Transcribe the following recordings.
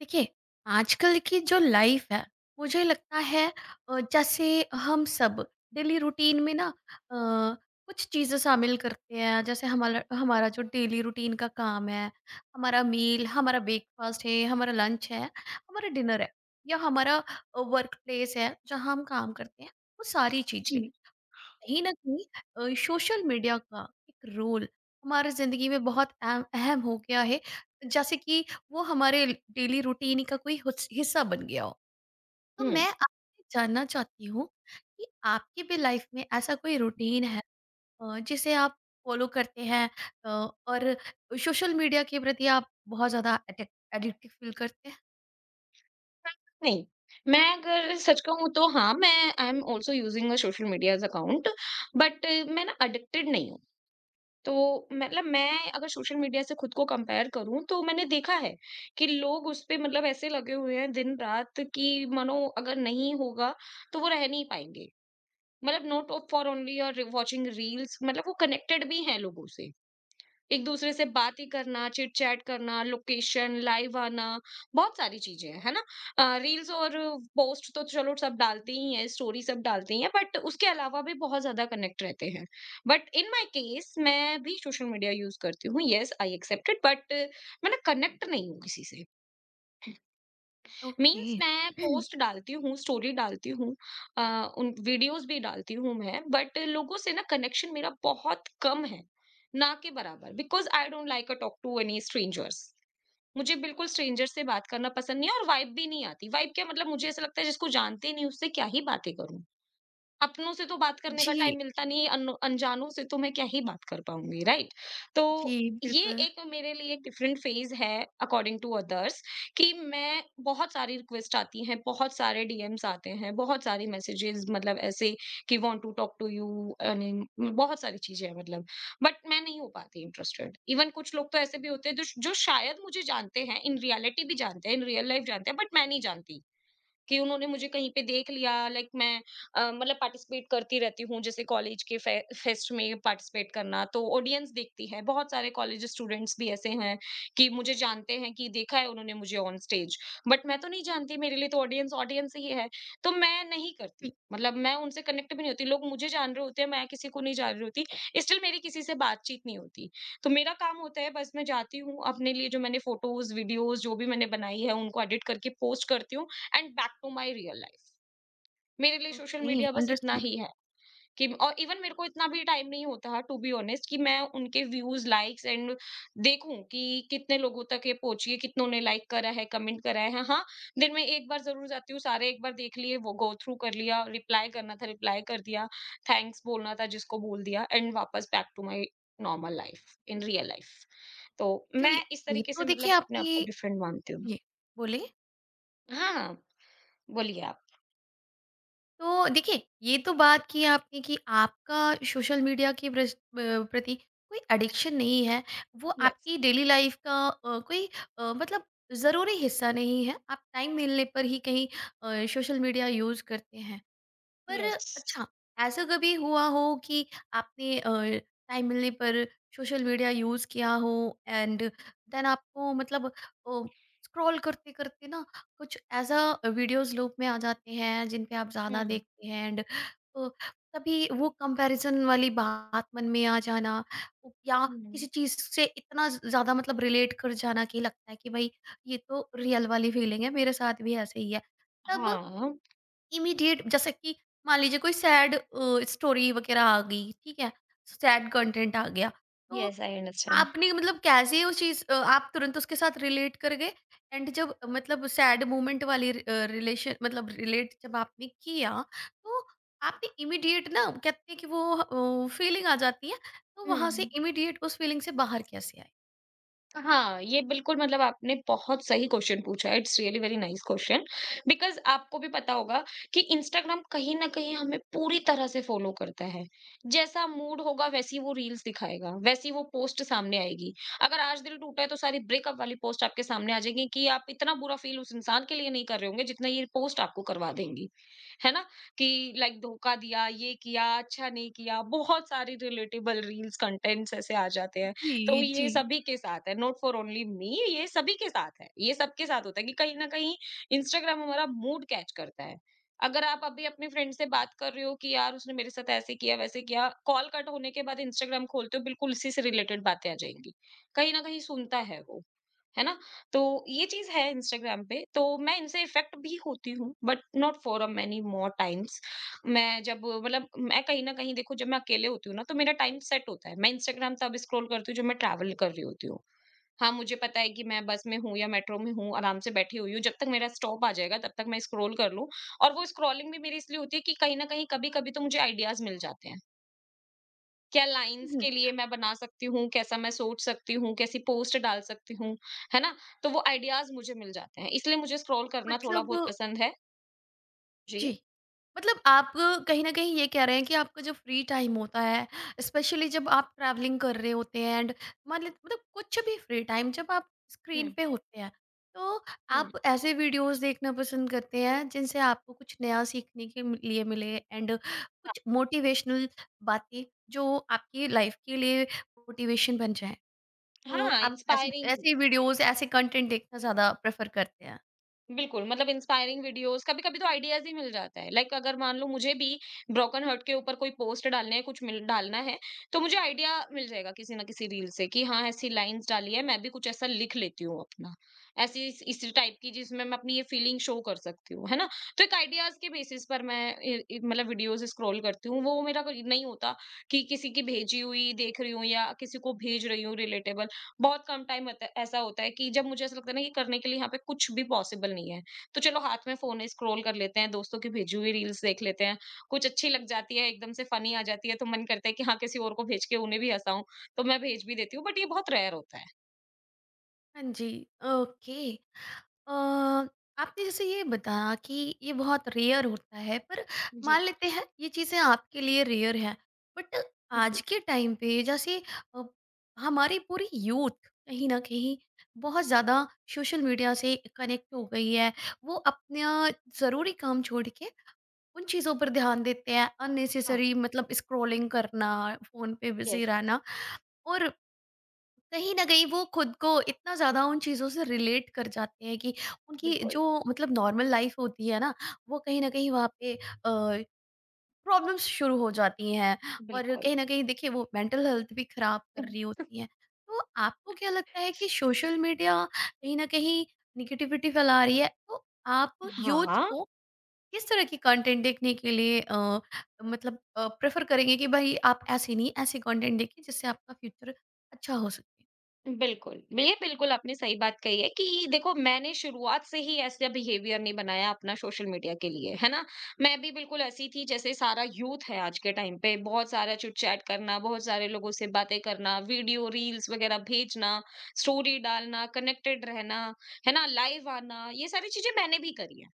देखिए, आजकल की जो लाइफ है, मुझे लगता है जैसे हम सब डेली रूटीन में ना कुछ चीज़ें शामिल करते हैं। जैसे हमारा हमारा जो डेली रूटीन का काम है, हमारा मील, हमारा ब्रेकफास्ट है, हमारा लंच है, हमारा डिनर है या हमारा वर्क प्लेस है, जहाँ हम काम करते हैं, वो सारी चीज़ें। जी, कहीं न कहीं सोशल मीडिया का एक रोल हमारे ज़िंदगी में बहुत अहम अहम हो गया है, जैसे कि वो हमारे डेली रूटीन का कोई हुस हिस्सा बन गया हो। तो हुँ। मैं आपसे जानना चाहती हूँ कि आपकी भी लाइफ में ऐसा कोई रूटीन है जिसे आप फॉलो करते हैं अ, और सोशल मीडिया के प्रति आप बहुत ज़्यादा अटेक एडिक्टिव फ़ील करते हैं? नहीं, मैं अगर सच कहूँ तो हाँ, मैं I am also using a social media as account but मैं ना एडिक्टेड नहीं हूँ। तो मतलब मैं अगर सोशल मीडिया से खुद को कंपेयर करूँ तो मैंने देखा है कि लोग उस पे मतलब ऐसे लगे हुए हैं दिन-रात कि मानो अगर नहीं होगा तो वो रह नहीं पाएँगे। मतलब नॉट ऑफ फॉर ओनली और वॉचिंग रील्स मतलब वो कनेक्टेड भी हैं लोगों से। एक-दूसरे से बात ही करना, चिट-चैट करना, लोकेशन, लाइव आना, बहुत सारी चीज़ें हैं, है ना? रील्स और पोस्ट तो चलो सब डालते ही हैं, स्टोरी सब डालते ही हैं, बट उसके अलावा भी बहुत ज़्यादा कनेक्ट रहते हैं। बट इन माय केस मैं भी सोशल मीडिया यूज़ करती हूँ, yes I accept it but मैं ना कनेक्ट नहीं हूँ किसी से। ओके। मीन्स मैं पोस्ट डालती हूँ, स्टोरी डालती हूँ, अ, उन वीडियोस भी डालती हूँ मैं, बट लोगों से ना कनेक्शन मेरा बहुत कम है, ना के बराबर because I don't like a talk to any strangers. मुझे बिल्कुल स्ट्रेंजर से बात करना पसंद नहीं है और वाइब भी नहीं आती। वाइब क्या मतलब मुझे ऐसा लगता है जिसको जानते नहीं उससे क्या ही बातें करूँ। अपनों से तो बात करने का टाइम जी, मिलता नहीं है, अन अनजानों से तो मैं क्या ही बात कर पाऊँगी, राइट? तो जी, ये बिल्कुल। एक मेरे लिए एक डिफरेंट फ़ेज़ है अकॉर्डिंग टू अदर्स कि मैं बहुत सारी रिक्वेस्ट आती हैं, बहुत सारे डीएम्स आते हैं, बहुत सारी मैसेजेस मतलब ऐसे कि want to talk to you, earning, बहुत सारी चीज़ें हैं मतलब। बट मैं नहीं हो पाती इंटरेस्टेड। इवन कुछ लोग तो ऐसे भी होते हैं जो शायद मुझे जानते हैं, इन रियलिटी भी जानते हैं, इन रियल लाइफ़ जानते हैं बट मैं नहीं जानती। कि उन्होंने मुझे कहीं पे देख लिया लाइक मैं मतलब पार्टिसिपेट करती रहती हूँ, जैसे कॉलेज के फेस्ट में पार्टिसिपेट करना तो ऑडियंस देखती है, बहुत सारे कॉलेज स्टूडेंट्स भी ऐसे हैं कि मुझे जानते हैं कि देखा है उन्होंने मुझे ऑन स्टेज, बट मैं तो नहीं जानती, मेरे लिए तो ऑडियंस ऑडियंस ही है। तो मैं नहीं करती जी, मतलब मैं उनसे कनेक्ट भी नहीं होती, लोग मुझे जान रहे होते हैं, मैं किसी को नहीं जान रही होती, स्टिल मेरी किसी से बातचीत नहीं होती। तो मेरा काम होता है बस, मैं जाती हूँ अपने लिए, जो मैंने फोटोज वीडियोज जो भी मैंने बनाई है उनको एडिट करके पोस्ट करती हूँ and back to my real life. मेरे लिए सोशल ओके, मीडिया बस इतना अंडरस्टूड। ही है कि, और इवन मेरे को इतना भी टाइम नहीं होता है टू बी ऑनेस्ट कि मैं उनके व्यूज लाइक्स एंड देखूं कि कितने लोगों तक ये पहुंची है, कितनों ने लाइक करा है, कमेंट करा है। हाँ, दिन में एक बार जरूर जाती हूँ, सारे एक बार देख लिए, वो गो थ्रू कर लिया, रिप्लाई करना था रिप्लाई कर दिया, थैंक्स बोलना था जिसको बोल दिया, एंड वापस back to my normal life in real life. तो मैं चलिए, इस ये तरीके तो से मतलब देखिए अपने आप आपने। को डिफरेंट मानती हूँ। जी, बोलिए। हाँ हाँ, बोलिए आप। तो देखिए, ये तो बात की आपने कि आपका सोशल मीडिया के प्रति कोई एडिक्शन नहीं है। वो यस आपकी डेली लाइफ़ का कोई मतलब ज़रूरी हिस्सा नहीं है। आप टाइम मिलने पर ही कहीं सोशल मीडिया यूज़ करते हैं। पर यस। अच्छा, ऐसा कभी हुआ हो कि आपने टाइम मिलने पर सोशल मीडिया यूज़ किया हो एंड देन आपको मतलब स्क्रॉल करते करते ना कुछ ऐसा वीडियोस लूप में आ जाते हैं जिन पे आप ज़्यादा Hmm. देखते हैं एंड तभी वो कंपैरिजन वाली बात मन में आ जाना या किसी Hmm. चीज़ से इतना ज़्यादा मतलब रिलेट कर जाना कि लगता है कि भाई ये तो रियल वाली फीलिंग है, मेरे साथ भी ऐसे ही है। तब Huh. इमीडिएट जैसे कि मान लीजिए कोई सैड स्टोरी वगैरह आ गई, ठीक है, सैड कंटेंट आ गया, तो Yes, I understand. आपने मतलब कैसे आप तुरंत उसके साथ रिलेट कर गए एंड जब मतलब सैड मोमेंट वाली रिलेशन मतलब रिलेट जब आपने किया तो आपने इमीडिएट ना कहते हैं कि वो फीलिंग आ जाती है तो वहां से Hmm. इमीडिएट उस फीलिंग से बाहर कैसे आए। हाँ, ये बिल्कुल मतलब आपने बहुत सही क्वेश्चन पूछा है, it's really very nice question, because आपको भी पता होगा कि इंस्टाग्राम कहीं न कहीं हमें पूरी तरह से फ़ॉलो करता है। जैसा मूड होगा वैसी वो रील्स दिखाएगा, वैसी वो पोस्ट सामने आएगी। अगर आज दिल टूटा है तो सारी ब्रेकअप वाली पोस्ट आपके सामने आ जाएगी, कि आप इतना बुरा फ़ील उस इंसान के लिए नहीं कर रहे होंगे जितना ये पोस्ट आपको करवा देंगी। है ना? कि लाइक धोखा दिया, ये किया, अच्छा नहीं किया, बहुत सारी रिलेटेबल रील्स कंटेंट्स ऐसे आ जाते हैं। तो जी, ये जी। सभी के साथ है, नॉट फॉर ओनली मी, ये सभी के साथ है, ये सबके साथ होता है कि कहीं ना कहीं इंस्टाग्राम हमारा मूड कैच करता है। अगर आप अभी अपने फ्रेंड से बात कर रहे हो कि यार उसने मेरे साथ ऐसे किया वैसे किया, कॉल कट होने के बाद इंस्टाग्राम खोलते हो, बिल्कुल इसी से रिलेटेड बातें आ जाएंगी, कहीं ना कहीं सुनता है वो, है ना? तो ये चीज़ है इंस्टाग्राम पे, तो मैं इनसे इफ़ेक्ट भी होती हूँ but not for a many more times. मैं जब मतलब मैं कहीं न कहीं देखो, जब मैं अकेले होती हूँ ना तो मेरा टाइम सेट होता है। मैं इंस्टाग्राम तब स्क्रॉल करती हूँ जब मैं ट्रैवल कर रही होती हूँ। हाँ, मुझे पता है कि मैं बस में हूँ या मेट्रो में हूँ, आराम से बैठी हुई हूँ, जब तक मेरा स्टॉप आ जाएगा तब तक मैं स्क्रॉल कर लूँ, और वो स्क्रॉलिंग भी मेरी इसलिए होती है कि कहीं न कहीं कभी-कभी तो मुझे आइडियाज़ मिल जाते हैं। क्या लाइन्स हम्म, के लिए मैं बना सकती हूँ, कैसा मैं सोच सकती हूँ, कैसी पोस्ट डाल सकती हूँ, है ना? तो वो आइडियाज़ मुझे मिल जाते हैं, इसलिए मुझे स्क्रॉल करना थोड़ा मतलब बहुत पसंद है। जी। जी मतलब आप कहीं न कहीं ये कह रहे हैं कि आपका जो फ्री टाइम होता है, स्पेशली जब आप ट्रैवलिंग कर रहे होते हैं एंड मान लें मतलब कुछ भी फ्री टाइम जब आप स्क्रीन हुँ, पे होते हैं, तो आप हुँ। ऐसे वीडियोज़ देखना पसंद करते हैं जिनसे आपको कुछ नया सीखने के मि लिए मिले एंड कुछ मोटिवेशनल बातें जो आपकी लाइफ़ के लिए मोटिवेशन बन जाएँ। तो हाँ, आप ऐसे इंस्पायरिंग। ऐसे वीडियोज़, ऐसे कंटेंट देखना ज़्यादा प्रेफ़र करते हैं? बिल्कुल, मतलब इंस्पायरिंग वीडियोज़ कभी-कभी तो आइडियाज़ ही मिल जाता है। लाइक अगर मान लो मुझे भी ब्रोकन हार्ट के ऊपर कोई पोस्ट डालने है, कुछ मिल डालना है, तो मुझे आइडिया मिल जाएगा किसी न किसी रील से कि हाँ, ऐसी लाइन्स डाली है, मैं भी कुछ ऐसा लिख लेती हूँ अपना। ऐसी इस इसी टाइप की जिसमें मैं अपनी ये फीलिंग शो कर सकती हूँ, है ना? तो एक आइडियाज़ के बेसिस पर मैं ए ए मतलब वीडियोज़ स्क्रॉल करती हूँ। वो मेरा कोई नहीं होता कि किसी की भेजी हुई देख रही हूँ या किसी को भेज रही हूँ रिलेटेबल। बहुत कम टाइम होता है ऐसा होता है कि जब मुझे ऐसा लगता है ना कि करने के लिए यहाँ पे कुछ भी पॉसिबल नहीं है। तो चलो हाथ में फ़ोन है, स्क्रॉल कर लेते हैं, दोस्तों की भेजी हुई रील्स देख लेते हैं। कुछ अच्छी लग जाती है, एकदम से फ़नी आ जाती है तो मन करता है कि हाँ, किसी और को भेज के उन्हें भी हँसाऊँ, तो मैं भेज भी देती हूँ बट ये बहुत रेयर होता है। हाँ जी, ओके। अ, आपने जैसे ये बताया कि ये बहुत रेयर होता है पर मान जी। लेते हैं ये चीज़ें आपके लिए रेयर हैं बट जी, आज के टाइम पे जैसे अ, हमारी पूरी यूथ कहीं ना कहीं बहुत ज़्यादा सोशल मीडिया से कनेक्ट हो गई है, वो अपना ज़रूरी काम छोड़ के उन चीज़ों पर ध्यान देते हैं, हाँ, अननेसेसरी मतलब स्क्रॉलिंग करना, फ़ोन पे बिजी यस, रहना, और कहीं न कहीं वो खुद को इतना ज़्यादा उन चीज़ों से रिलेट कर जाते हैं कि उनकी बिल्कुल, जो मतलब नॉर्मल लाइफ़ होती है ना, वो कहीं न कहीं वहाँ पे प्रॉब्लम्स शुरू हो जाती हैं और बिल्कुल। कहीं न कहीं देखिए वो मेंटल हेल्थ भी ख़राब कर रही होती है। तो आपको क्या लगता है कि सोशल मीडिया कहीं न कहीं नेगेटिविटी फैला रही है, तो आप यूथ हाँ, को किस तरह की कंटेंट देखने के लिए मतलब प्रेफ़र करेंगे कि भई आप ऐसे नहीं, ऐसे कंटेंट देखिए जिससे आपका फ्यूचर अच्छा हो सके? बिल्कुल, ये बिल्कुल आपने सही बात कही है कि देखो मैंने शुरुआत से ही ऐसा बिहेवियर नहीं बनाया अपना सोशल मीडिया के लिए, है ना? मैं भी बिल्कुल ऐसी थी जैसे सारा यूथ है आज के टाइम पे, बहुत सारा चिट-चैट करना, बहुत सारे लोगों से बातें करना, वीडियो, रील्स वगैरह भेजना, स्टोरी डालना, कनेक्टेड रहना, है ना? लाइव आना, ये सारी चीज़ें मैंने भी करी हैं।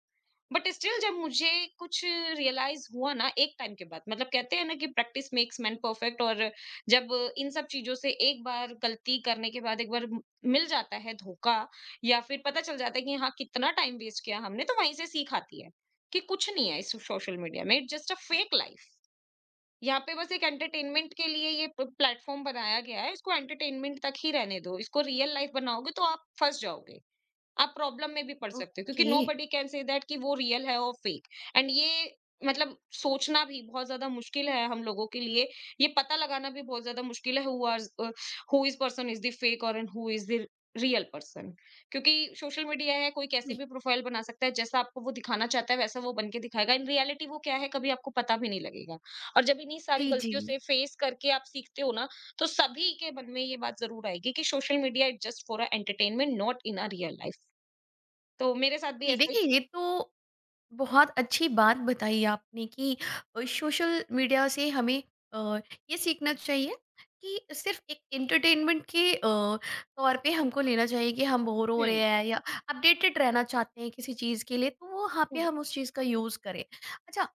बट स्टिल जब मुझे कुछ रियलाइज हुआ ना एक टाइम के बाद, मतलब कहते हैं ना कि प्रैक्टिस मेक्स मैन परफेक्ट, और जब इन सब चीजों से एक बार गलती करने के बाद, एक बार मिल जाता है धोखा, या फिर पता चल जाता है कि हाँ, कितना टाइम वेस्ट किया हमने, तो वहीं से सीख आती है कि कुछ नहीं है इस सोशल मीडिया में, it just a fake life. यहाँ पे बस एक एंटरटेनमेंट के लिए ये प्लेटफॉर्म बनाया गया है, इसको एंटरटेनमेंट तक ही रहने दो, इसको रियल लाइफ बनाओगे तो आप फंस जाओगे, आप प्रॉब्लम में भी पड़ सकते हो, क्योंकि okay. Nobody can say that कि वो रियल है और फेक। एंड ये मतलब सोचना भी बहुत ज्यादा मुश्किल है हम लोगों के लिए, ये पता लगाना भी बहुत ज्यादा मुश्किल है who is person is the fake और who is the real person. क्योंकि सोशल मीडिया है, कोई कैसे भी प्रोफाइल बना सकता है, जैसा आपको वो दिखाना चाहता है वैसा वो बन के दिखाएगा, इन रियलिटी वो क्या है कभी आपको पता भी नहीं लगेगा। और जब इन्हीं सारी जी, जी, गलतियों से फेस करके आप सीखते हो ना, तो सभी के मन में ये बात जरूर आएगी कि social media is just for a entertainment not in a real life. तो मेरे साथ भी जी। ऐसा ही। देखिए, ये तो बहुत अच्छी बात बताई आपने कि सोशल मीडिया से हमें अ, ये सीखना चाहिए कि सिर्फ एक एंटरटेनमेंट के तौर पे हमको लेना चाहिए कि हम बोर हो रहे हुँ, हैं या अपडेटेड रहना चाहते हैं किसी चीज़ के लिए तो वो वहाँ पे हुँ, हम उस चीज़ का यूज़ करें। अच्छा,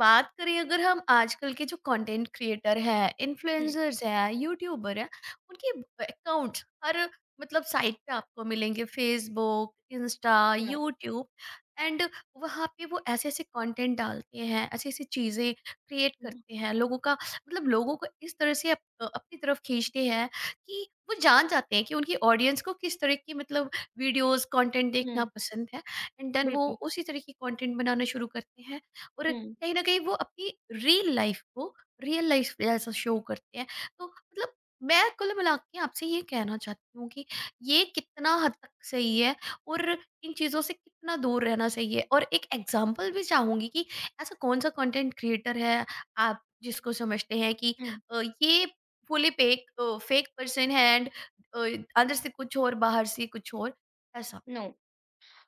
बात करें अगर हम आजकल के जो कंटेंट क्रिएटर हैं, हुँ, इन्फ्लुएंसर्स हैं, यूट्यूबर हैं, उनके अकाउंट्स हर मतलब साइट पे आपको मिलेंगे, Facebook, Insta, hmm, YouTube and वहाँ पे वो ऐसे-ऐसे कंटेंट डालते हैं, ऐसी-ऐसी चीज़ें क्रिएट हुँ, करते हैं, लोगों का मतलब लोगों को इस तरह से अपनी तरफ खींचते हैं कि वो जान जाते हैं कि उनकी ऑडियंस को किस तरह की मतलब वीडियोज़, कंटेंट देखना हुँ, पसंद है एंड देन वो बिल्कुल, उसी तरह की कंटेंट बनाना शुरू करते हैं और हुँ, कहीं न कहीं वो अपनी रियल लाइफ़ को रियल लाइफ़ जैसा शो करते हैं। तो मतलब मैं कुल मिला के आपसे ये कहना चाहती हूँ कि ये कितना हद तक सही है और इन चीज़ों से कितना दूर रहना चाहिए? और एक एग्ज़ाम्पल भी चाहूँगी कि ऐसा कौन-सा कंटेंट क्रिएटर है, आप जिसको समझते हैं कि हुँ, ये फुली फेक पर्सन है एंड अ, अंदर से कुछ और, बाहर से कुछ और, ऐसा? नो।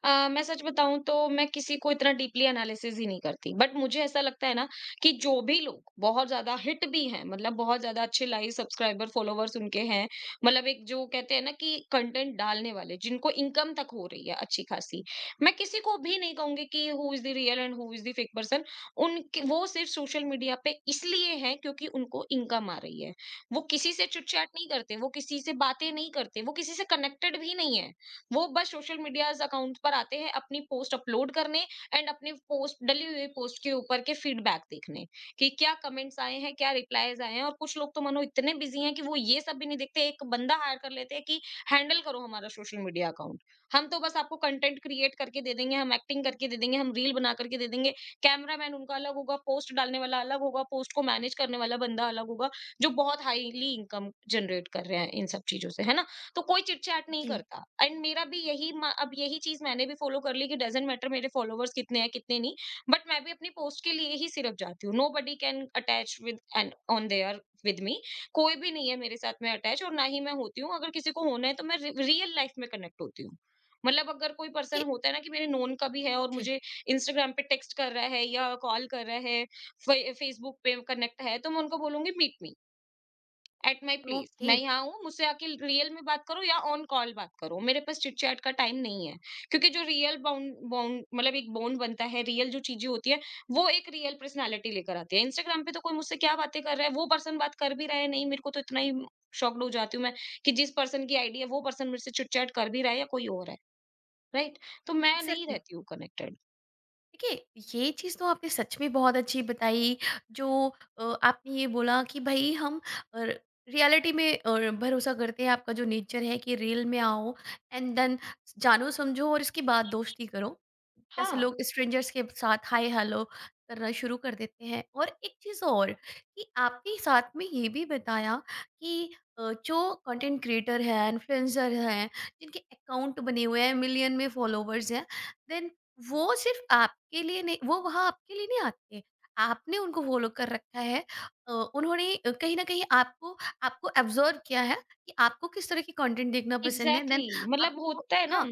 मैं सच बताऊँ तो मैं किसी को इतना डीपली एनालिसिस ही नहीं करती। बट मुझे ऐसा लगता है ना कि जो भी लोग बहुत ज़्यादा हिट भी हैं, मतलब बहुत ज़्यादा अच्छे लाइव सब्सक्राइबर, फॉलोवर्स उनके हैं, मतलब एक जो कहते हैं ना कि कंटेंट डालने वाले, जिनको इनकम तक हो रही है अच्छी-खासी। मैं किसी को भी नहीं कहूँगी कि who is the real and who is the fake person. उनके वो सिर्फ सोशल मीडिया पे इसलिए हैं क्योंकि उनको इनकम आ रही है। वो किसी से चिट-चैट नहीं करते, वो किसी से बातें नहीं करते, वो किसी से कनेक्टेड भी नहीं है। वो बस सोशल मीडियाज अकाउंट पर आते हैं अपनी पोस्ट अपलोड करने एंड अपनी पोस्ट डली हुई पोस्ट के ऊपर के फीडबैक देखने, कि क्या कमेंट्स आए हैं, क्या रिप्लाईज आए हैं, और कुछ लोग तो मानो इतने बिजी हैं कि वो ये सब भी नहीं देखते, एक बंदा हायर कर लेते हैं कि हैंडल करो हमारा सोशल मीडिया अकाउंट। हम तो बस आपको कंटेंट क्रिएट करके दे देंगे, हम एक्टिंग करके दे देंगे, हम रील बना करके दे देंगे, कैमरामैन उनका अलग होगा, पोस्ट डालने वाला अलग होगा, पोस्ट को मैनेज करने वाला बंदा अलग होगा, जो बहुत हाईली इनकम जनरेट कर रहे हैं इन सब चीजों से, है ना? तो कोई चिट-चैट नहीं जी। करता एंड मेरा भी यही म अब यही चीज़ मैंने भी फॉलो कर ली कि डज़न्ट मैटर मेरे फॉलोवर्स कितने हैं, कितने नहीं, बट मैं भी अपनी पोस्ट के लिए ही सिर्फ जाती हूँ। Nobody can attach with and on there with me, कोई भी नहीं है मेरे साथ में अटैच, और ना ही मैं होती हूँ। अगर किसी को होना है तो मैं रि रियल लाइफ़ में कनेक्ट होती हूँ। मतलब अगर कोई पर्सन देखिए। होता है ना कि मेरे नोन का भी है और जी। मुझे इंस्टाग्राम पे टेक्स्ट कर रहा है या कॉल कर रहा है, फ़ेसबुक पे कनेक्ट है, तो मैं उनको बोलूँगी meet me. At my place okay, मैं यहाँ हूँ, मुझसे आके रियल में बात करो या ऑन कॉल बात करो, मेरे पास चिट चैट का टाइम नहीं है, क्योंकि जो रियल बाउंड बाउंड मतलब एक बॉन्ड बनता है, रियल जो चीजें होती है वो एक रियल पर्सनैलिटी लेकर आती है। इंस्टाग्राम पे तो कोई मुझसे क्या बातें कर रहा है, वो पर्सन बात कर भी रहा है नहीं, मेरे को तो इतना ही शॉक्ड हो जाती हूँ मैं कि जिस पर्सन की आईडी है वो पर्सन मेरे से चिट चैट कर भी रहा है या कोई और है, राइट? तो मैं नहीं एग्ज़ैक्टली। रहती हूँ कनेक्टेड। देखिए, ये चीज़ तो आपने सच में बहुत अच्छी बताई, जो आपने ये बोला कि भई हम अ, रियलिटी में भरोसा करते हैं, आपका जो नेचर है कि रियल में आओ एंड देन जानो समझो और इसके बाद दोस्ती करो। जैसे हाँ, लोग स्ट्रेंजर्स के साथ हाय हेलो करना शुरू कर देते हैं, और एक चीज़ और कि आपने साथ में ये भी बताया कि जो कंटेंट क्रिएटर है, इन्फ्लुएंसर हैं, जिनके अकाउंट बने हुए हैं, मिलियन में फॉलोवर्स हैं, देन वो सिर्फ़ आपके लिए नहीं, वो वहाँ आपके लिए नहीं आते। आपने उनको फ़ॉलो कर रखा है। उन्होंने कहीं न कहीं आपको आपको ऑब्ज़र्व किया है कि आपको किस तरह की कंटेंट देखना पसंद है एग्जैक्टली देन exactly. मतलब आपको। होता है ना हाँ,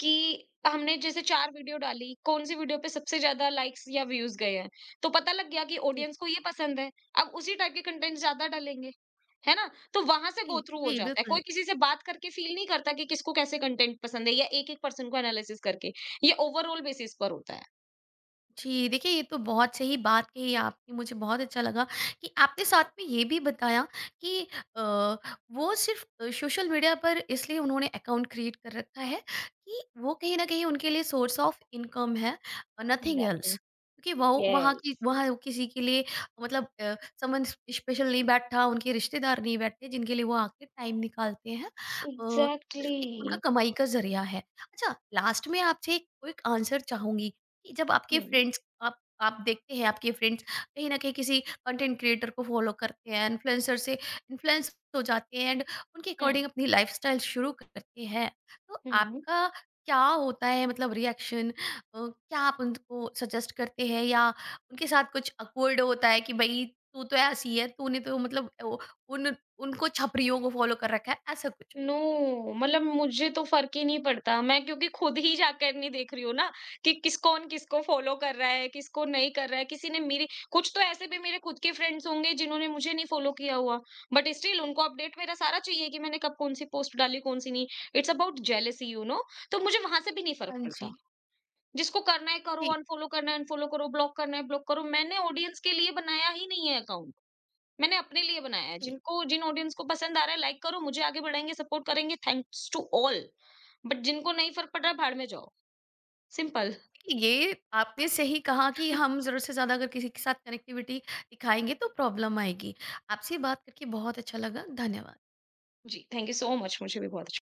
कि हमने जैसे 4 वीडियो डाली, कौन-सी वीडियो पे सबसे ज़्यादा लाइक्स या व्यूज़ गए हैं। तो पता लग गया कि जी, ऑडियंस को ये पसंद है, अब उसी टाइप के कंटेंट ज़्यादा डालेंगे, है ना? तो वहाँ से जी, गो थ्रू हो जी, जाता है। बिल्कुल। कोई किसी से बात करके फ़ील नहीं करता कि किसको कैसे कंटेंट पसंद है या एक-एक पर्सन को एनालिसिस करके। ये ओवरऑल बेसिस पर होता है। जी, देखिए, ये तो बहुत सही बात कही आपने, मुझे बहुत अच्छा लगा कि आपने साथ में ये भी बताया कि अ, वो सिर्फ़ सोशल मीडिया पर इसलिए उन्होंने अकाउंट क्रिएट कर रखा है कि वो कहीं न कहीं उनके लिए सोर्स ऑफ इनकम है, नथिंग एग्ज़ैक्टली, एल्स। क्योंकि वो यस। वहाँ किसी के लिए मतलब समन स्पेशल नहीं बैठा, उनके रिश्तेदार नहीं बैठते जिनके लिए वो आके टाइम निकालते हैं। अ, सिर्फ़ एग्ज़ैक्टली। एक उनका कमाई का ज़रिया है। अच्छा, लास्ट में आपसे एक क्विक आंसर चाहूँगी कि जब आपके हुँ, फ्रेंड्स आप देखते हैं आपके फ्रेंड्स कहीं न कहीं किसी कंटेंट क्रिएटर को फॉलो करते हैं, इन्फ्लुएंसर से इन्फ्लुएंस हो जाते हैं एंड उनके अकॉर्डिंग अपनी लाइफ़स्टाइल शुरू करते हैं। तो हुँ, हुँ। आपका क्या होता है मतलब रिएक्शन, क्या आप उनको सजेस्ट करते हैं या उनके साथ कुछ ऑकवर्ड होता है कि भई तू तो ऐसी है, तूने तो मतलब ओ उन उनको छपरियों को फॉलो कर रखा है, ऐसा कुछ? नो, मतलब मुझे तो फ़र्क ही नहीं पड़ता। मैं क्योंकि खुद ही जाकर नहीं देख रही हूँ ना कि किस कौन किसको फ़ॉलो कर रहा है, किसको नहीं कर रहा है। किसी ने मेरी, कुछ तो ऐसे भी मेरे खुद के फ्रेंड्स होंगे जिन्होंने मुझे नहीं फ़ॉलो किया हुआ। बट स्टिल उनको अपडेट मेरा सारा चाहिए कि मैंने कब कौन-सी पोस्ट डाली, कौन-सी नहीं। It's about jealousy you know. तो मुझे वहाँ से भी नहीं फ़र्क हाँ पड़ता। जी। जिसको करना है करो, जी, अनफ़ॉलो करना है अनफ़ॉलो करो, ब्लॉक करना है ब्लॉक करो। मैंने ऑडियंस के लिए बनाया ही नहीं है अकाउंट। मैंने अपने लिए बनाया है, जी। जिनको, जिन ऑडियंस को पसंद आ रहा है लाइक करो, मुझे आगे बढ़ाएँगे, सपोर्ट करेंगे, थैंक्स टू ऑल। बट जिनको नहीं फ़र्क पड़ रहा है, भाड़ में जाओ, सिंपल। ये आपने सही कहा कि हम ज़रूरत से ज़्यादा अगर किसी के साथ कनेक्टिविटी दिखाएँगे तो प्रॉब्लम आएगी। आपसे बात करके बहुत अच्छा लगा। धन्यवाद। जी, थैंक यू सो मच, मुझे भी बहुत अच्छा।